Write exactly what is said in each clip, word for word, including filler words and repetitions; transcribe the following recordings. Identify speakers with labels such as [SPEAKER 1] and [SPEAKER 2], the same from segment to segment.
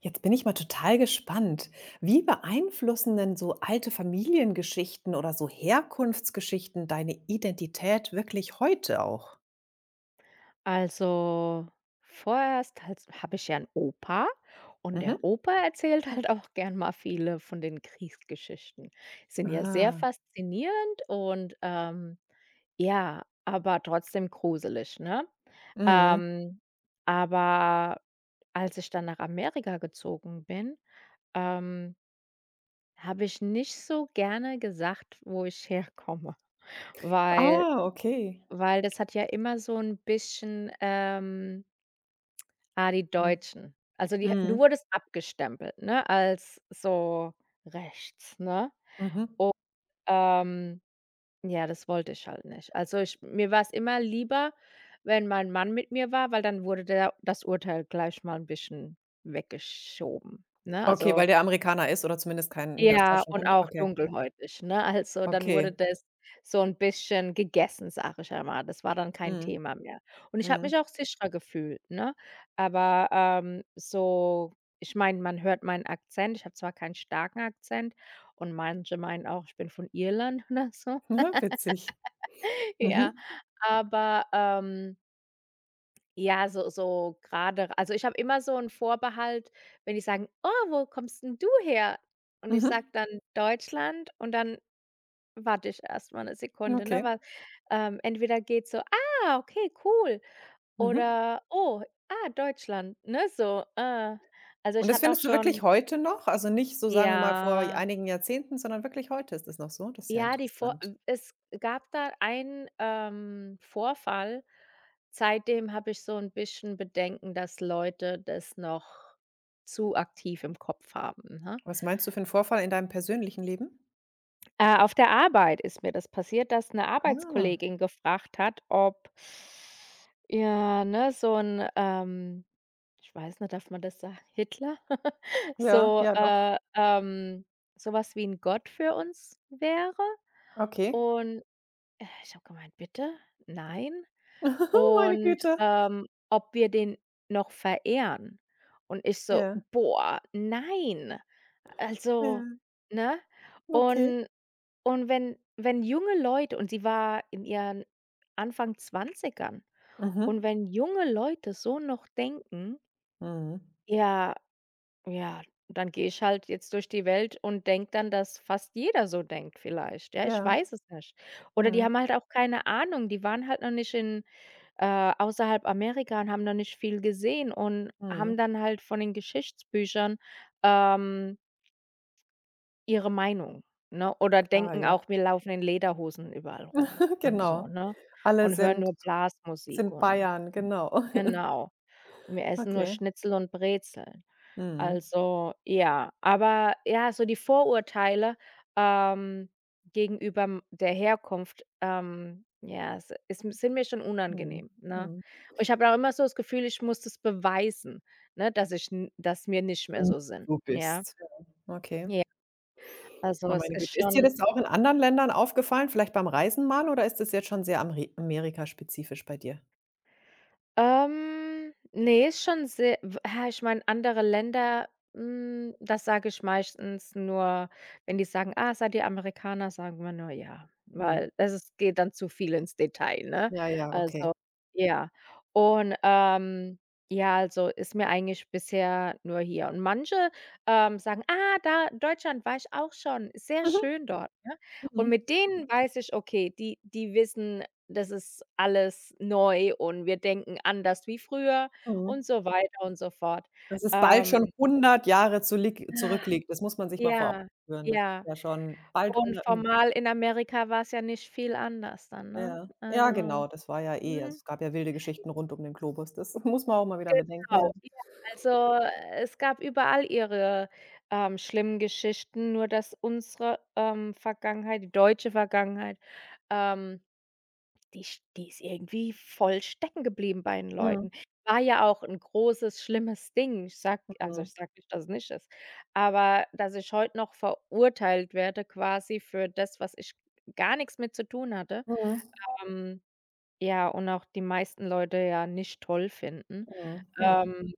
[SPEAKER 1] Jetzt bin ich mal total gespannt. Wie beeinflussen denn so alte Familiengeschichten oder so Herkunftsgeschichten deine Identität wirklich heute auch?
[SPEAKER 2] Also, vorerst halt habe ich ja einen Opa und der
[SPEAKER 1] Mhm.
[SPEAKER 2] Opa erzählt halt auch gern mal viele von den Kriegsgeschichten. Sind ja sehr
[SPEAKER 1] Ah.
[SPEAKER 2] faszinierend und, ähm, ja, aber trotzdem gruselig, ne?
[SPEAKER 1] Mhm.
[SPEAKER 2] Ähm, aber als ich dann nach Amerika gezogen bin, ähm, habe ich nicht so gerne gesagt, wo ich herkomme, weil
[SPEAKER 1] Ah, okay.
[SPEAKER 2] weil das hat ja immer so ein bisschen, ähm Ah, die
[SPEAKER 1] Mhm.
[SPEAKER 2] Deutschen. Also, die du
[SPEAKER 1] Mhm.
[SPEAKER 2] wurdest abgestempelt, ne, als so rechts, ne?
[SPEAKER 1] Mhm.
[SPEAKER 2] Und, ähm, ja, das wollte ich halt nicht. Also, ich mir war es immer lieber, wenn mein Mann mit mir war, weil dann wurde der das Urteil gleich mal ein bisschen weggeschoben, ne?
[SPEAKER 1] Okay,
[SPEAKER 2] Also
[SPEAKER 1] weil der Amerikaner ist oder zumindest kein nicht aus
[SPEAKER 2] ja,
[SPEAKER 1] Deutschland
[SPEAKER 2] und
[SPEAKER 1] kommt.
[SPEAKER 2] auch
[SPEAKER 1] Okay.
[SPEAKER 2] dunkelhäutig, ne? Also, dann wurde
[SPEAKER 1] Okay.
[SPEAKER 2] das so 'n bisschen gegessen, sage ich einmal. Das war dann kein
[SPEAKER 1] Mhm.
[SPEAKER 2] Thema mehr. Und ich habe
[SPEAKER 1] Mhm.
[SPEAKER 2] mich auch sicherer gefühlt, ne? Aber, ähm, so ich meine, man hört meinen Akzent. Ich habe zwar keinen starken Akzent und manche meinen auch, ich bin von Irland oder so.
[SPEAKER 1] Witzig.
[SPEAKER 2] Ja,
[SPEAKER 1] Mhm.
[SPEAKER 2] aber, ähm, ja, so so grade also, ich habe immer so 'n Vorbehalt, wenn die sagen: „Oh, wo kommst 'n du her?" Und ich
[SPEAKER 1] Mhm.
[SPEAKER 2] sage dann: „Deutschland" und dann warte ich erst mal 'ne Sekunde, ne,
[SPEAKER 1] Okay.
[SPEAKER 2] weil, ähm, entweder geht so: „Ah, okay, cool."
[SPEAKER 1] Mhm.
[SPEAKER 2] Oder: „Oh, ah, Deutschland", ne, so, äh. Also,
[SPEAKER 1] Und
[SPEAKER 2] ich
[SPEAKER 1] das
[SPEAKER 2] hatte auch
[SPEAKER 1] findest du wirklich
[SPEAKER 2] schon,
[SPEAKER 1] heute noch? Also, nicht so, sagen wir mal, vor
[SPEAKER 2] ja,
[SPEAKER 1] einigen Jahrzehnten, sondern wirklich heute ist es noch so? Das ist ja
[SPEAKER 2] ja, die Vor
[SPEAKER 1] interessant.
[SPEAKER 2] es gab da einen, ähm, Vorfall, seitdem habe ich so 'n bisschen Bedenken, dass Leute das noch zu aktiv im Kopf haben, ne?
[SPEAKER 1] Was meinst du für 'n Vorfall in deinem persönlichen Leben?
[SPEAKER 2] Äh, auf der Arbeit ist mir das passiert, dass 'ne
[SPEAKER 1] Ah,
[SPEAKER 2] Arbeitskollegin gefragt hat, ob, ja, ne, so 'n, ähm ich weiß nicht, darf man das sagen? Hitler?
[SPEAKER 1] ja,
[SPEAKER 2] So,
[SPEAKER 1] ja, doch.
[SPEAKER 2] äh, ähm so was wie 'n Gott für uns wäre.
[SPEAKER 1] Okay.
[SPEAKER 2] Und äh, ich habe gemeint: „Bitte? Nein?"
[SPEAKER 1] Meine
[SPEAKER 2] Und,
[SPEAKER 1] Güte.
[SPEAKER 2] ähm, ob wir den noch verehren. Und ich so:
[SPEAKER 1] Ja,
[SPEAKER 2] „Boah, nein!"
[SPEAKER 1] ja,
[SPEAKER 2] Also, ne?
[SPEAKER 1] okay.
[SPEAKER 2] Und und wenn wenn junge Leute, und sie war in ihren Anfang Zwanzigern, und
[SPEAKER 1] Mhm,
[SPEAKER 2] wenn junge Leute so noch denken,
[SPEAKER 1] mhm.
[SPEAKER 2] ja, ja, dann gehe ich halt jetzt durch die Welt und denke dann, dass fast jeder so denkt vielleicht. Ja, ich
[SPEAKER 1] Ja,
[SPEAKER 2] weiß es nicht. Oder die
[SPEAKER 1] mhm,
[SPEAKER 2] haben halt auch keine Ahnung. Die waren halt noch nicht in, äh, außerhalb Amerika, und haben noch nicht viel gesehen und
[SPEAKER 1] mhm.
[SPEAKER 2] haben dann halt von den Geschichtsbüchern, ähm, ihre Meinung, ne? Oder
[SPEAKER 1] Klar,
[SPEAKER 2] denken
[SPEAKER 1] ja.
[SPEAKER 2] auch, wir laufen in Lederhosen überall rum und
[SPEAKER 1] Genau.
[SPEAKER 2] so, ne?
[SPEAKER 1] Alle
[SPEAKER 2] Und hören
[SPEAKER 1] sind
[SPEAKER 2] nur Blasmusik
[SPEAKER 1] sind
[SPEAKER 2] und
[SPEAKER 1] Bayern, genau.
[SPEAKER 2] genau. Und wir essen nur
[SPEAKER 1] Okay.
[SPEAKER 2] Schnitzel und Brezeln.
[SPEAKER 1] Mhm,
[SPEAKER 2] Also, ja. Aber ja, so die Vorurteile, ähm, gegenüber m der Herkunft, ähm, ja, es ist m sind mir schon
[SPEAKER 1] mhm,
[SPEAKER 2] unangenehm, ne?
[SPEAKER 1] mhm.
[SPEAKER 2] Und ich habe auch immer so das Gefühl, ich muss das beweisen, ne, dass ich n dass wir nicht mehr so sind,
[SPEAKER 1] du
[SPEAKER 2] ja?
[SPEAKER 1] bist. Ja, okay.
[SPEAKER 2] Ja, also
[SPEAKER 1] Oh,
[SPEAKER 2] es
[SPEAKER 1] meine
[SPEAKER 2] ist
[SPEAKER 1] Güte. Ist dir
[SPEAKER 2] schon.
[SPEAKER 1] das auch in anderen Ländern aufgefallen, vielleicht beim Reisen mal, oder ist das jetzt schon sehr ameri amerikaspezifisch bei dir?
[SPEAKER 2] Ähm, ne, ist schon sehr, w ja, ich meine, andere Länder, hm, das sage ich meistens nur, wenn die sagen: „Ah, seid ihr Amerikaner?" Sagen wir nur: „Ja",
[SPEAKER 1] Mhm.
[SPEAKER 2] weil das ist geht dann zu viel ins Detail, ne?
[SPEAKER 1] Ja, ja, okay.
[SPEAKER 2] Also, ja. Und, ähm, ja, also, ist mir eigentlich bisher nur hier, und manche, ähm, sagen: „Ah, da Deutschland war ich auch schon, ist sehr
[SPEAKER 1] Mhm,
[SPEAKER 2] schön dort", ne? Und
[SPEAKER 1] mhm,
[SPEAKER 2] mit denen weiß ich, okay, die die wissen, das ist alles neu und wir denken anders wie früher
[SPEAKER 1] mhm.
[SPEAKER 2] und so weiter und so fort.
[SPEAKER 1] Dass es bald
[SPEAKER 2] Ähm,
[SPEAKER 1] schon hundert Jahre zulieg
[SPEAKER 2] Ah.
[SPEAKER 1] zurückliegt, das muss man sich mal vor Augen
[SPEAKER 2] Ja,
[SPEAKER 1] führen. Das ist
[SPEAKER 2] ja.
[SPEAKER 1] ja schon bald
[SPEAKER 2] Und
[SPEAKER 1] hundert und
[SPEAKER 2] formal in Amerika war's ja nicht viel anders dann, ne?
[SPEAKER 1] ja. Ja,
[SPEAKER 2] Also
[SPEAKER 1] genau, das war ja eh, also,
[SPEAKER 2] mhm,
[SPEAKER 1] es gab ja wilde Geschichten rund um den Globus. Das muss man auch mal wieder bedenken, ja.
[SPEAKER 2] genau, ja. Also, äh, es gab überall ihre, ähm, schlimmen Geschichten, nur dass unsere, ähm, Vergangenheit, die deutsche Vergangenheit, ähm Die sch die ist irgendwie voll stecken geblieben bei den
[SPEAKER 1] Mhm,
[SPEAKER 2] Leuten. War ja auch ein großes, schlimmes Ding. Ich sag also,
[SPEAKER 1] mhm,
[SPEAKER 2] ich sage nicht, dass es nicht ist, aber dass ich heute noch verurteilt werde quasi für das, was ich gar nichts mit zu tun hatte.
[SPEAKER 1] mhm,
[SPEAKER 2] Ähm, ja, und auch die meisten Leute ja nicht toll finden.
[SPEAKER 1] mhm, ja.
[SPEAKER 2] Ähm,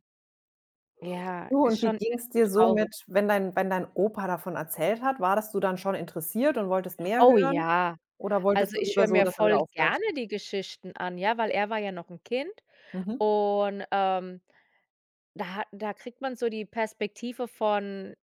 [SPEAKER 2] ja,
[SPEAKER 1] Du,
[SPEAKER 2] ist
[SPEAKER 1] und wie
[SPEAKER 2] schon
[SPEAKER 1] ging es
[SPEAKER 2] irgendwo
[SPEAKER 1] dir so mit,
[SPEAKER 2] traurig.
[SPEAKER 1] wenn dein wenn dein Opa davon erzählt hat, warst du dann schon interessiert und wolltest mehr
[SPEAKER 2] Oh
[SPEAKER 1] hören
[SPEAKER 2] ja,
[SPEAKER 1] oder wolltest
[SPEAKER 2] also,
[SPEAKER 1] du
[SPEAKER 2] ich
[SPEAKER 1] lieber
[SPEAKER 2] höre
[SPEAKER 1] so,
[SPEAKER 2] mir
[SPEAKER 1] dass er wieder
[SPEAKER 2] voll
[SPEAKER 1] aufhört?
[SPEAKER 2] gerne die Geschichten an, ja, weil er war ja noch ein Kind
[SPEAKER 1] Mhm.
[SPEAKER 2] und, ähm Da ha da kriegt man so die Perspektive von,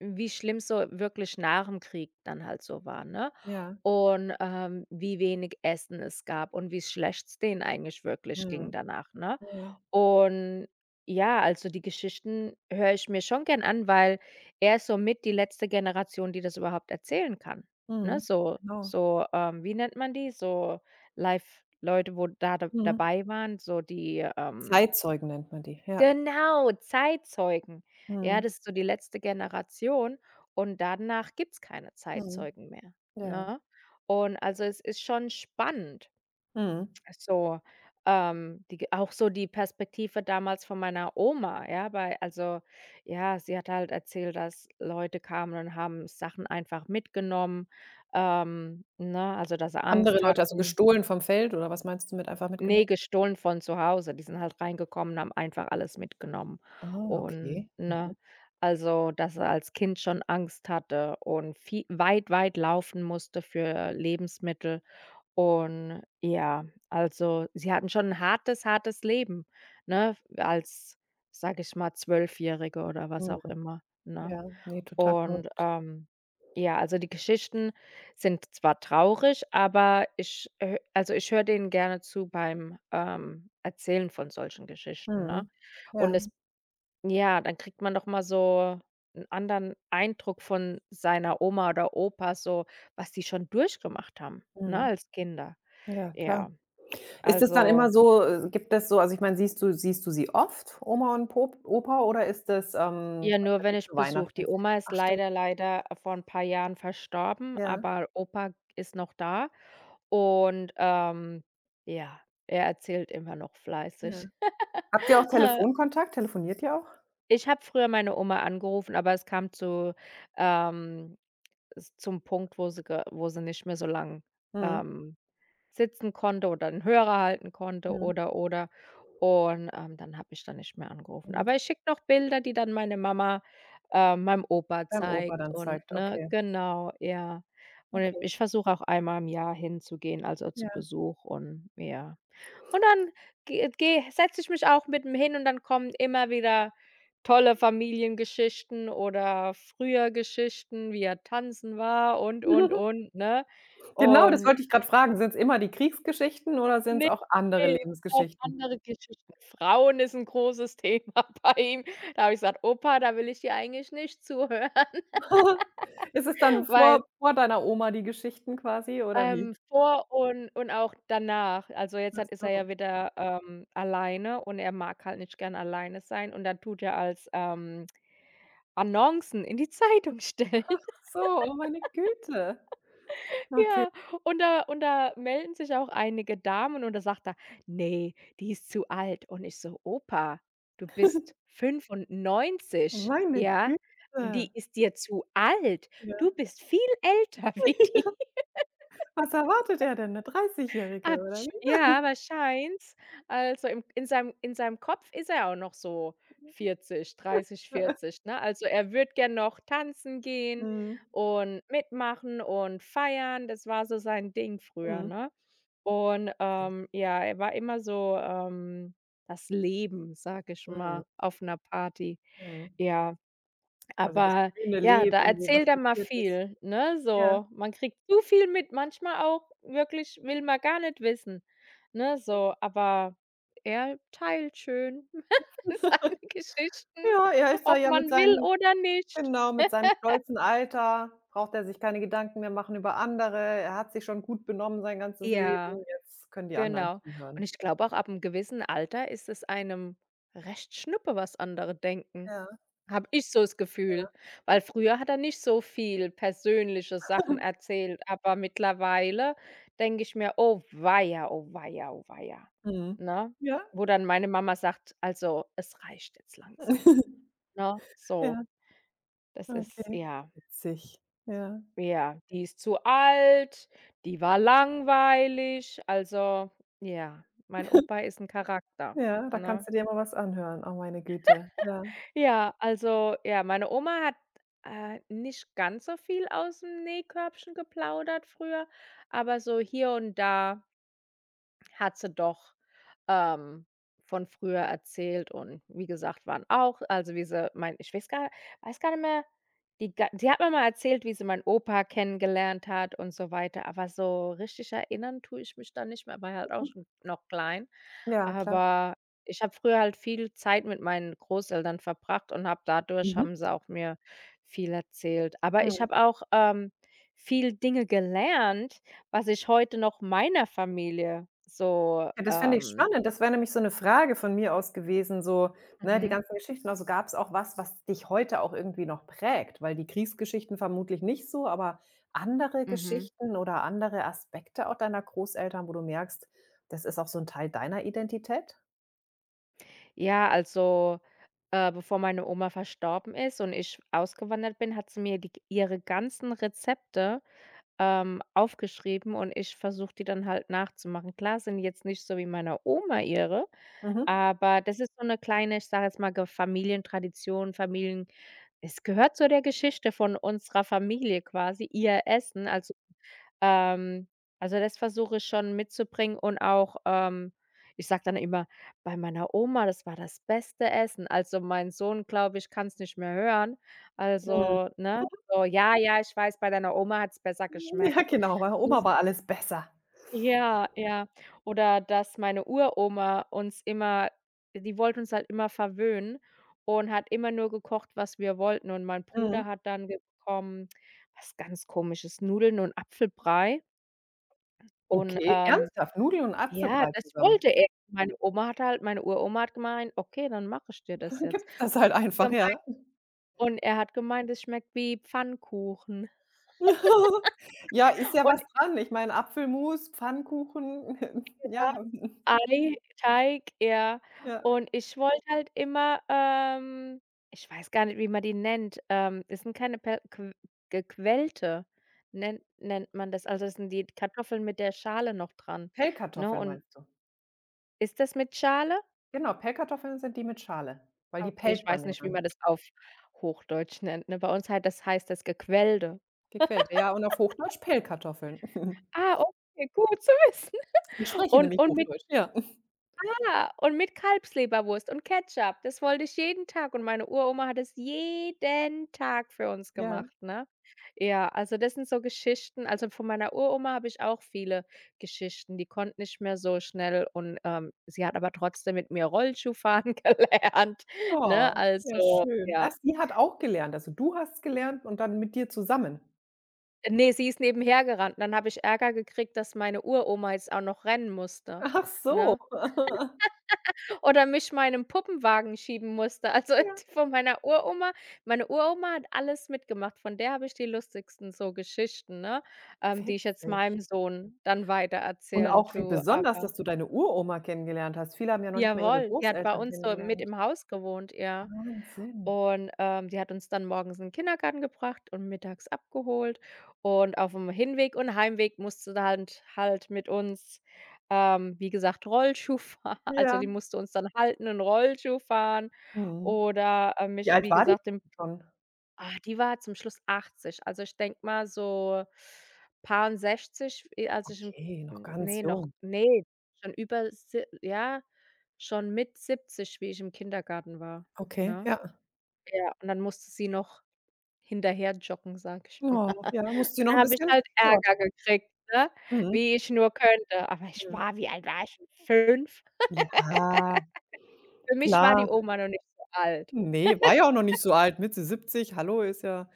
[SPEAKER 2] wie schlimm so wirklich nach dem Krieg dann halt so war, ne?
[SPEAKER 1] Ja.
[SPEAKER 2] Und, ähm, wie wenig Essen es gab und wie schlecht's denen eigentlich wirklich ging
[SPEAKER 1] Mhm.
[SPEAKER 2] danach, ne?
[SPEAKER 1] Ja. Ja.
[SPEAKER 2] Und ja, also die Geschichten höre ich mir schon gern an, weil er ist somit die letzte Generation, die das überhaupt erzählen kann, ne?
[SPEAKER 1] Mhm.
[SPEAKER 2] So
[SPEAKER 1] Genau.
[SPEAKER 2] so, ähm, wie nennt man die? So Live Leute, wo da da
[SPEAKER 1] Mhm.
[SPEAKER 2] dabei waren, so die, ähm
[SPEAKER 1] Zeitzeugen nennt man die, ja.
[SPEAKER 2] genau, Zeitzeugen. Ja,
[SPEAKER 1] Mhm.
[SPEAKER 2] das ist so die letzte Generation und danach gibt's keine
[SPEAKER 1] Mhm.
[SPEAKER 2] Zeitzeugen mehr,
[SPEAKER 1] Ja.
[SPEAKER 2] ne? Und also, es ist schon spannend,
[SPEAKER 1] Mhm.
[SPEAKER 2] so, ähm, die Ge auch so die Perspektive damals von meiner Oma, ja, weil also, ja, sie hat halt erzählt, dass Leute kamen und haben Sachen einfach mitgenommen, ähm, ne, also, dass sie
[SPEAKER 1] Andere
[SPEAKER 2] Angst
[SPEAKER 1] Leute, also
[SPEAKER 2] hatten.
[SPEAKER 1] gestohlen vom Feld, oder was meinst du mit einfach mitgenommen?
[SPEAKER 2] Ne, gestohlen von zu Hause. Die sind halt reingekommen, haben einfach alles mitgenommen
[SPEAKER 1] Ah,
[SPEAKER 2] und,
[SPEAKER 1] okay.
[SPEAKER 2] ne?
[SPEAKER 1] Mhm.
[SPEAKER 2] Also, dass er als Kind schon Angst hatte und vie weit, weit laufen musste für Lebensmittel. Und ja, also, sie hatten schon ein hartes, hartes Leben, ne, als, sage ich mal, Zwölfjährige oder was
[SPEAKER 1] Mhm.
[SPEAKER 2] auch immer, ne?
[SPEAKER 1] Ja, ne, total
[SPEAKER 2] Und,
[SPEAKER 1] verrückt.
[SPEAKER 2] ähm, ja, also, die Geschichten sind zwar traurig, aber ich hö also, ich höre denen gerne zu beim, ähm, Erzählen von solchen Geschichten, ne?
[SPEAKER 1] Mhm.
[SPEAKER 2] Und
[SPEAKER 1] Ja.
[SPEAKER 2] es ja, dann kriegt man noch mal so einen anderen Eindruck von seiner Oma oder Opa, so was die schon durchgemacht haben, ne,
[SPEAKER 1] Mhm.
[SPEAKER 2] als Kinder.
[SPEAKER 1] Ja, klar.
[SPEAKER 2] Ja,
[SPEAKER 1] Ist es dann
[SPEAKER 2] also
[SPEAKER 1] immer so, äh, gibt es so, also, ich meine, siehst du siehst du sie oft, Oma und Pop Opa, oder ist das, ähm,
[SPEAKER 2] ja,
[SPEAKER 1] was
[SPEAKER 2] nur
[SPEAKER 1] weiß
[SPEAKER 2] wenn
[SPEAKER 1] ich,
[SPEAKER 2] ich
[SPEAKER 1] zu
[SPEAKER 2] Besuch die
[SPEAKER 1] Weihnachten?
[SPEAKER 2] Oma ist
[SPEAKER 1] Ach stimmt,
[SPEAKER 2] leider, leider vor ein paar Jahren verstorben,
[SPEAKER 1] ja,
[SPEAKER 2] aber Opa ist noch da und, ähm, ja, er erzählt immer noch
[SPEAKER 1] ja.
[SPEAKER 2] fleißig.
[SPEAKER 1] Habt ihr auch Telefonkontakt? Telefoniert ihr auch?
[SPEAKER 2] Ich habe früher meine Oma angerufen, aber es kam zu ähm, s zum Punkt, wo sie ge wo sie nicht mehr so lang,
[SPEAKER 1] Mhm,
[SPEAKER 2] ähm Sitzen konnte oder den Hörer halten konnte,
[SPEAKER 1] mhm,
[SPEAKER 2] oder, oder. Und, ähm, dann habe ich da nicht mehr angerufen.
[SPEAKER 1] mhm.
[SPEAKER 2] Aber ich schicke noch Bilder, die dann meine Mama, äh, meinem Opa
[SPEAKER 1] Deinem Opa
[SPEAKER 2] zeigt,
[SPEAKER 1] dann
[SPEAKER 2] und,
[SPEAKER 1] zeigt,
[SPEAKER 2] ne,
[SPEAKER 1] okay,
[SPEAKER 2] genau, ja. Und, äh,
[SPEAKER 1] okay,
[SPEAKER 2] ich versuche auch einmal im Jahr hinzugehen, also zu
[SPEAKER 1] ja.
[SPEAKER 2] Besuch, und ja. Und dann ge gehe setze ich mich auch mit 'm hin, und dann kommen immer wieder tolle Familiengeschichten oder früher Geschichten, wie er tanzen war und, und, und, ne?
[SPEAKER 1] Genau, das
[SPEAKER 2] Und.
[SPEAKER 1] wollte ich gerade fragen. Sind's immer die Kriegsgeschichten oder sind's auch andere
[SPEAKER 2] Ne, auch
[SPEAKER 1] Lebensgeschichten?
[SPEAKER 2] andere Geschichten. Frauen ist 'n großes Thema bei ihm. Da habe ich gesagt: „Opa, da will ich dir eigentlich nicht zuhören",
[SPEAKER 1] Ist es dann
[SPEAKER 2] weil,
[SPEAKER 1] vor vor deiner Oma die Geschichten quasi, oder wie?
[SPEAKER 2] ähm, vor und und auch danach, also, jetzt
[SPEAKER 1] Ach
[SPEAKER 2] hat ist er
[SPEAKER 1] so.
[SPEAKER 2] ja wieder, ähm, alleine, und er mag halt nicht gern alleine sein und dann tut er als, ähm, Annoncen in die Zeitung stellen.
[SPEAKER 1] Ach so, oh meine Güte. Okay.
[SPEAKER 2] Ja, und da und da melden sich auch einige Damen, und da sagt er: „Nee, die ist zu alt." Und ich so: „Opa, du bist fünfundneunzig,
[SPEAKER 1] Meine
[SPEAKER 2] ja? Und
[SPEAKER 1] Güte.
[SPEAKER 2] die ist dir zu alt. Du
[SPEAKER 1] Ja.
[SPEAKER 2] bist viel älter wie die."
[SPEAKER 1] Was erwartet er denn, 'ne Dreißigjährige
[SPEAKER 2] hat
[SPEAKER 1] oder
[SPEAKER 2] sch
[SPEAKER 1] wie?
[SPEAKER 2] Ja, wahrscheinlich. Also, im in seinem in seinem Kopf ist er auch noch so vierzig, dreißig, vierzig, ne? Also, er würde gern noch tanzen gehen
[SPEAKER 1] Mhm.
[SPEAKER 2] und mitmachen und feiern. Das war so sein Ding früher,
[SPEAKER 1] Mhm.
[SPEAKER 2] ne? Und,
[SPEAKER 1] Witzig.
[SPEAKER 2] ähm, ja, er war immer so, ähm, das Leben, sage ich
[SPEAKER 1] Mhm.
[SPEAKER 2] mal, auf 'ner Party.
[SPEAKER 1] Mhm.
[SPEAKER 2] Ja.
[SPEAKER 1] Also, das
[SPEAKER 2] Aber
[SPEAKER 1] blühende
[SPEAKER 2] ja, da
[SPEAKER 1] Leben, wo was
[SPEAKER 2] erzählt er mal
[SPEAKER 1] passiert ist.
[SPEAKER 2] viel, ne,
[SPEAKER 1] Ja.
[SPEAKER 2] so. Man kriegt zu viel mit, manchmal auch, wirklich will man gar nicht wissen, ne, so. Aber er teilt schön seine Geschichten,
[SPEAKER 1] Ja, er ist da
[SPEAKER 2] ob
[SPEAKER 1] ja mit
[SPEAKER 2] man will
[SPEAKER 1] seinem,
[SPEAKER 2] oder nicht.
[SPEAKER 1] genau, mit seinem stolzen Alter braucht er sich keine Gedanken mehr machen über andere. Er hat sich schon gut benommen sein ganzes Leben.
[SPEAKER 2] Ja,
[SPEAKER 1] Jetzt können die anderen
[SPEAKER 2] genau. Und
[SPEAKER 1] zuhören.
[SPEAKER 2] ich glaube auch, ab einem gewissen Alter ist es einem recht schnuppe, was andere denken.
[SPEAKER 1] Ja,
[SPEAKER 2] Habe ich so das
[SPEAKER 1] ja.
[SPEAKER 2] Gefühl, weil früher hat er nicht so viel persönliche Sachen erzählt, aber mittlerweile denke ich mir: „Oh weia, oh weia, oh weia",
[SPEAKER 1] Mhm.
[SPEAKER 2] ne?
[SPEAKER 1] Ja.
[SPEAKER 2] Wo dann meine Mama sagt: „Also, es reicht jetzt langsam", ne? So,
[SPEAKER 1] Ja,
[SPEAKER 2] das ist
[SPEAKER 1] okay.
[SPEAKER 2] ja,
[SPEAKER 1] Witzig. Ja.
[SPEAKER 2] ja, die ist zu alt, die war langweilig, also ja, mein Opa ist ein Charakter,
[SPEAKER 1] Ja, da
[SPEAKER 2] ne?
[SPEAKER 1] kannst du dir mal was anhören. Oh, meine Güte. Ja.
[SPEAKER 2] Ja, also, ja, meine Oma hat, äh, nicht ganz so viel aus dem Nähkörbchen geplaudert früher, aber so hier und da hat sie doch, ähm, von früher erzählt, und wie gesagt, waren auch also, wie sie mein ich weiß gar, weiß gar nicht mehr, die ga die hat mir mal erzählt, wie sie meinen Opa kennengelernt hat und so weiter, aber so richtig erinnern tue ich mich da nicht mehr, war halt auch
[SPEAKER 1] Mhm.
[SPEAKER 2] schon noch klein.
[SPEAKER 1] Ja, klar.
[SPEAKER 2] Aber ich habe früher halt viel Zeit mit meinen Großeltern verbracht, und habe dadurch
[SPEAKER 1] Mhm.
[SPEAKER 2] haben sie auch mir viel erzählt. Aber ich
[SPEAKER 1] Mhm.
[SPEAKER 2] habe auch, ähm, viel Dinge gelernt, was ich heute noch meiner Familie so,
[SPEAKER 1] Ja, das fände ich
[SPEAKER 2] ähm
[SPEAKER 1] spannend. Das wäre nämlich so 'ne Frage von mir aus gewesen, so, ne, die
[SPEAKER 2] Mhm,
[SPEAKER 1] ganzen Geschichten. Also, gab's auch was, was dich heute auch irgendwie noch prägt? Weil die Kriegsgeschichten vermutlich nicht so, aber andere
[SPEAKER 2] mhm.
[SPEAKER 1] Geschichten oder andere Aspekte auch deiner Großeltern, wo du merkst, das ist auch so 'n Teil deiner Identität?
[SPEAKER 2] Ja, also, äh, bevor meine Oma verstorben ist und ich ausgewandert bin, hat sie mir die ihre ganzen Rezepte, ähm, aufgeschrieben, und ich versuche, die dann halt nachzumachen. Klar sind die jetzt nicht so wie meiner Oma ihre,
[SPEAKER 1] Mhm.
[SPEAKER 2] aber das ist so eine kleine, ich sage jetzt mal, Ge Familientradition, Familien es gehört zu der Geschichte von unserer Familie quasi, ihr Essen als ähm, also, das versuche ich schon mitzubringen und auch, ähm ich sage dann immer: „Bei meiner Oma, das war das beste Essen.“ Also, mein Sohn, glaube ich, kann es nicht mehr hören.
[SPEAKER 1] Mhm.
[SPEAKER 2] Also, ne? So: „Ja, ja, ich weiß, bei deiner Oma hat es besser
[SPEAKER 1] Ja,
[SPEAKER 2] geschmeckt.“
[SPEAKER 1] genau, bei Oma
[SPEAKER 2] Also
[SPEAKER 1] war alles besser.
[SPEAKER 2] ja, ja. Oder dass meine Uroma uns immer die wollte uns halt immer verwöhnen und hat immer nur gekocht, was wir wollten. Und mein
[SPEAKER 1] Mhm.
[SPEAKER 2] Bruder hat dann ge bekommen, was ganz Komisches, Nudeln und Apfelbrei. Und,
[SPEAKER 1] Okay,
[SPEAKER 2] ähm,
[SPEAKER 1] ernsthaft? Nudeln und
[SPEAKER 2] ja,
[SPEAKER 1] Apfelbrei
[SPEAKER 2] das
[SPEAKER 1] zusammen?
[SPEAKER 2] wollte er. Meine Oma hat halt meine Uroma hat gemeint: „Okay, dann mache ich dir das
[SPEAKER 1] Dann
[SPEAKER 2] jetzt.“
[SPEAKER 1] gibt's das halt
[SPEAKER 2] Er hat
[SPEAKER 1] einfach, ja.
[SPEAKER 2] gemeint und er hat gemeint, es schmeckt wie Pfannkuchen
[SPEAKER 1] Ja, ist ja was
[SPEAKER 2] und
[SPEAKER 1] dran. Ich meine, Apfelmus, Pfannkuchen, ja,
[SPEAKER 2] Ei, Teig, ja.
[SPEAKER 1] ja.
[SPEAKER 2] Und ich wollte halt immer, ähm ich weiß gar nicht, wie man die nennt, ähm, das sind keine pe qu gequälte nennt nennt man das. Also, das sind die Kartoffeln mit der Schale noch dran, ne?
[SPEAKER 1] Pellkartoffeln
[SPEAKER 2] Und
[SPEAKER 1] meinst du?
[SPEAKER 2] ist das mit Schale?
[SPEAKER 1] Genau, Pellkartoffeln sind die mit Schale, weil die
[SPEAKER 2] Okay, ich
[SPEAKER 1] pellt man
[SPEAKER 2] weiß
[SPEAKER 1] ja
[SPEAKER 2] nicht, wie
[SPEAKER 1] dann.
[SPEAKER 2] man das auf Hochdeutsch nennt, ne? Bei uns halt das heißt das Gequälte.
[SPEAKER 1] Gequälte, ja, und auf Hochdeutsch Pellkartoffeln.
[SPEAKER 2] Ah, okay, gut zu wissen.
[SPEAKER 1] Ich spreche
[SPEAKER 2] Und
[SPEAKER 1] nämlich
[SPEAKER 2] und mit
[SPEAKER 1] Hochdeutsch, ja.
[SPEAKER 2] ja, und mit Kalbsleberwurst und Ketchup. Das wollte ich jeden Tag und meine Uroma hat es jeden Tag für uns
[SPEAKER 1] Ja.
[SPEAKER 2] gemacht, ne? Ja, also das sind so Geschichten also, von meiner Uroma habe ich auch viele Geschichten. Die konnte nicht mehr so schnell und, ähm, sie hat aber trotzdem mit mir Rollschuh fahren gelernt, ne?
[SPEAKER 1] Oh, ja
[SPEAKER 2] Also,
[SPEAKER 1] schön.
[SPEAKER 2] ja.
[SPEAKER 1] Ach, sie hat auch gelernt. Also, du hast gelernt und dann mit dir zusammen?
[SPEAKER 2] Ne, sie ist nebenher gerannt, dann habe ich Ärger gekriegt, dass meine Uroma jetzt auch noch rennen musste,
[SPEAKER 1] Ach so.
[SPEAKER 2] ne? Oder mich meinem Puppenwagen schieben musste. Also,
[SPEAKER 1] Ja,
[SPEAKER 2] von meiner Uroma meine Uroma hat alles mitgemacht. Von der habe ich die lustigsten so Geschichten, ne, ähm, die ich jetzt
[SPEAKER 1] witzig.
[SPEAKER 2] meinem Sohn dann
[SPEAKER 1] Und
[SPEAKER 2] weitererzählen
[SPEAKER 1] auch wie
[SPEAKER 2] tue,
[SPEAKER 1] besonders,
[SPEAKER 2] aber
[SPEAKER 1] dass du deine Uroma kennengelernt hast. Viele haben ja noch nicht mal ihre
[SPEAKER 2] jawohl, die hat bei
[SPEAKER 1] Großeltern
[SPEAKER 2] uns so mit
[SPEAKER 1] kennengelernt.
[SPEAKER 2] im Haus gewohnt, ja.
[SPEAKER 1] Wahnsinn.
[SPEAKER 2] Und, ähm, die hat uns dann morgens in den Kindergarten gebracht und mittags abgeholt. Und auf dem Hinweg und Heimweg musste da halt halt mit uns, ähm, wie gesagt, Rollschuh fahren. Also,
[SPEAKER 1] Ja.
[SPEAKER 2] die musste uns dann halten und Rollschuh fahren
[SPEAKER 1] Mhm.
[SPEAKER 2] oder, äh,
[SPEAKER 1] Wie
[SPEAKER 2] mich,
[SPEAKER 1] alt
[SPEAKER 2] wie
[SPEAKER 1] war die
[SPEAKER 2] gesagt, im
[SPEAKER 1] schon?
[SPEAKER 2] ah, die war zum Schluss achtzig. Also, ich denke mal so Paar sechzig, eh, als ich im
[SPEAKER 1] Okay, noch
[SPEAKER 2] hm,
[SPEAKER 1] ganz
[SPEAKER 2] ne, noch
[SPEAKER 1] jung.
[SPEAKER 2] nee schon über si ja, schon mit siebzig, wie ich im Kindergarten war,
[SPEAKER 1] Okay,
[SPEAKER 2] ne?
[SPEAKER 1] ja.
[SPEAKER 2] Ja, und dann musste sie noch hinterher joggen, sage ich mal.
[SPEAKER 1] Oh, ja, musste sie noch
[SPEAKER 2] Da
[SPEAKER 1] 'n
[SPEAKER 2] habe ich
[SPEAKER 1] bisschen
[SPEAKER 2] halt
[SPEAKER 1] Sport.
[SPEAKER 2] Ärger gekriegt, ne,
[SPEAKER 1] Mhm,
[SPEAKER 2] wie ich nur könnte. Aber ich
[SPEAKER 1] mhm.
[SPEAKER 2] war wie alt war ich denn, fünf?
[SPEAKER 1] Ja,
[SPEAKER 2] Für mich war die
[SPEAKER 1] klar.
[SPEAKER 2] Oma noch nicht so alt.
[SPEAKER 1] Ne, war ja auch noch nicht so alt. Mitte siebzig. Hallo, ist ja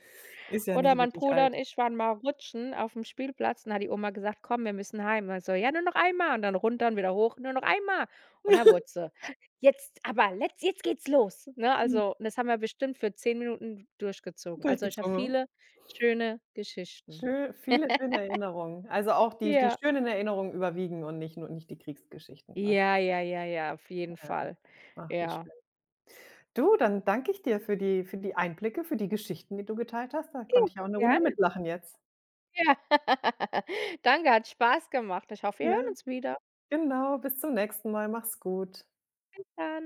[SPEAKER 1] ist ja
[SPEAKER 2] Oder
[SPEAKER 1] nicht
[SPEAKER 2] mein
[SPEAKER 1] wirklich
[SPEAKER 2] Bruder und
[SPEAKER 1] alt.
[SPEAKER 2] ich waren mal rutschen aufm Spielplatz, dann hat die Oma gesagt: „Komm, wir müssen heim.“ Und ich so: „Ja, nur noch einmal.“ Und dann runter und wieder hoch: „Nur noch einmal.“ Und da wurde sie: „Jetzt aber, letz jetzt geht's los.“ Ne,
[SPEAKER 1] Mhm,
[SPEAKER 2] also, und das haben wir bestimmt für zehn Minuten durchgezogen. Also, ich habe
[SPEAKER 1] durchgezogen. Ja.
[SPEAKER 2] viele schöne Geschichten.
[SPEAKER 1] Schö viele schöne Erinnerungen. Also, auch die die
[SPEAKER 2] Ja.
[SPEAKER 1] schönen Erinnerungen überwiegen und nicht nur, nicht die Kriegsgeschichten quasi.
[SPEAKER 2] Ja, ja, ja, ja, auf jeden
[SPEAKER 1] Ja.
[SPEAKER 2] Fall.
[SPEAKER 1] Ach, wie
[SPEAKER 2] Ja.
[SPEAKER 1] schön. Du, dann danke ich dir für die für die Einblicke, für die Geschichten, die du geteilt hast. Da
[SPEAKER 2] Ja,
[SPEAKER 1] konnte ich auch eine Runde
[SPEAKER 2] gerne,
[SPEAKER 1] mitlachen jetzt.
[SPEAKER 2] ja. Danke, hat Spaß gemacht. Ich hoffe, wir
[SPEAKER 1] Ja,
[SPEAKER 2] hören uns wieder.
[SPEAKER 1] genau. Bis zum nächsten Mal. Mach's gut.
[SPEAKER 2] Bis dann.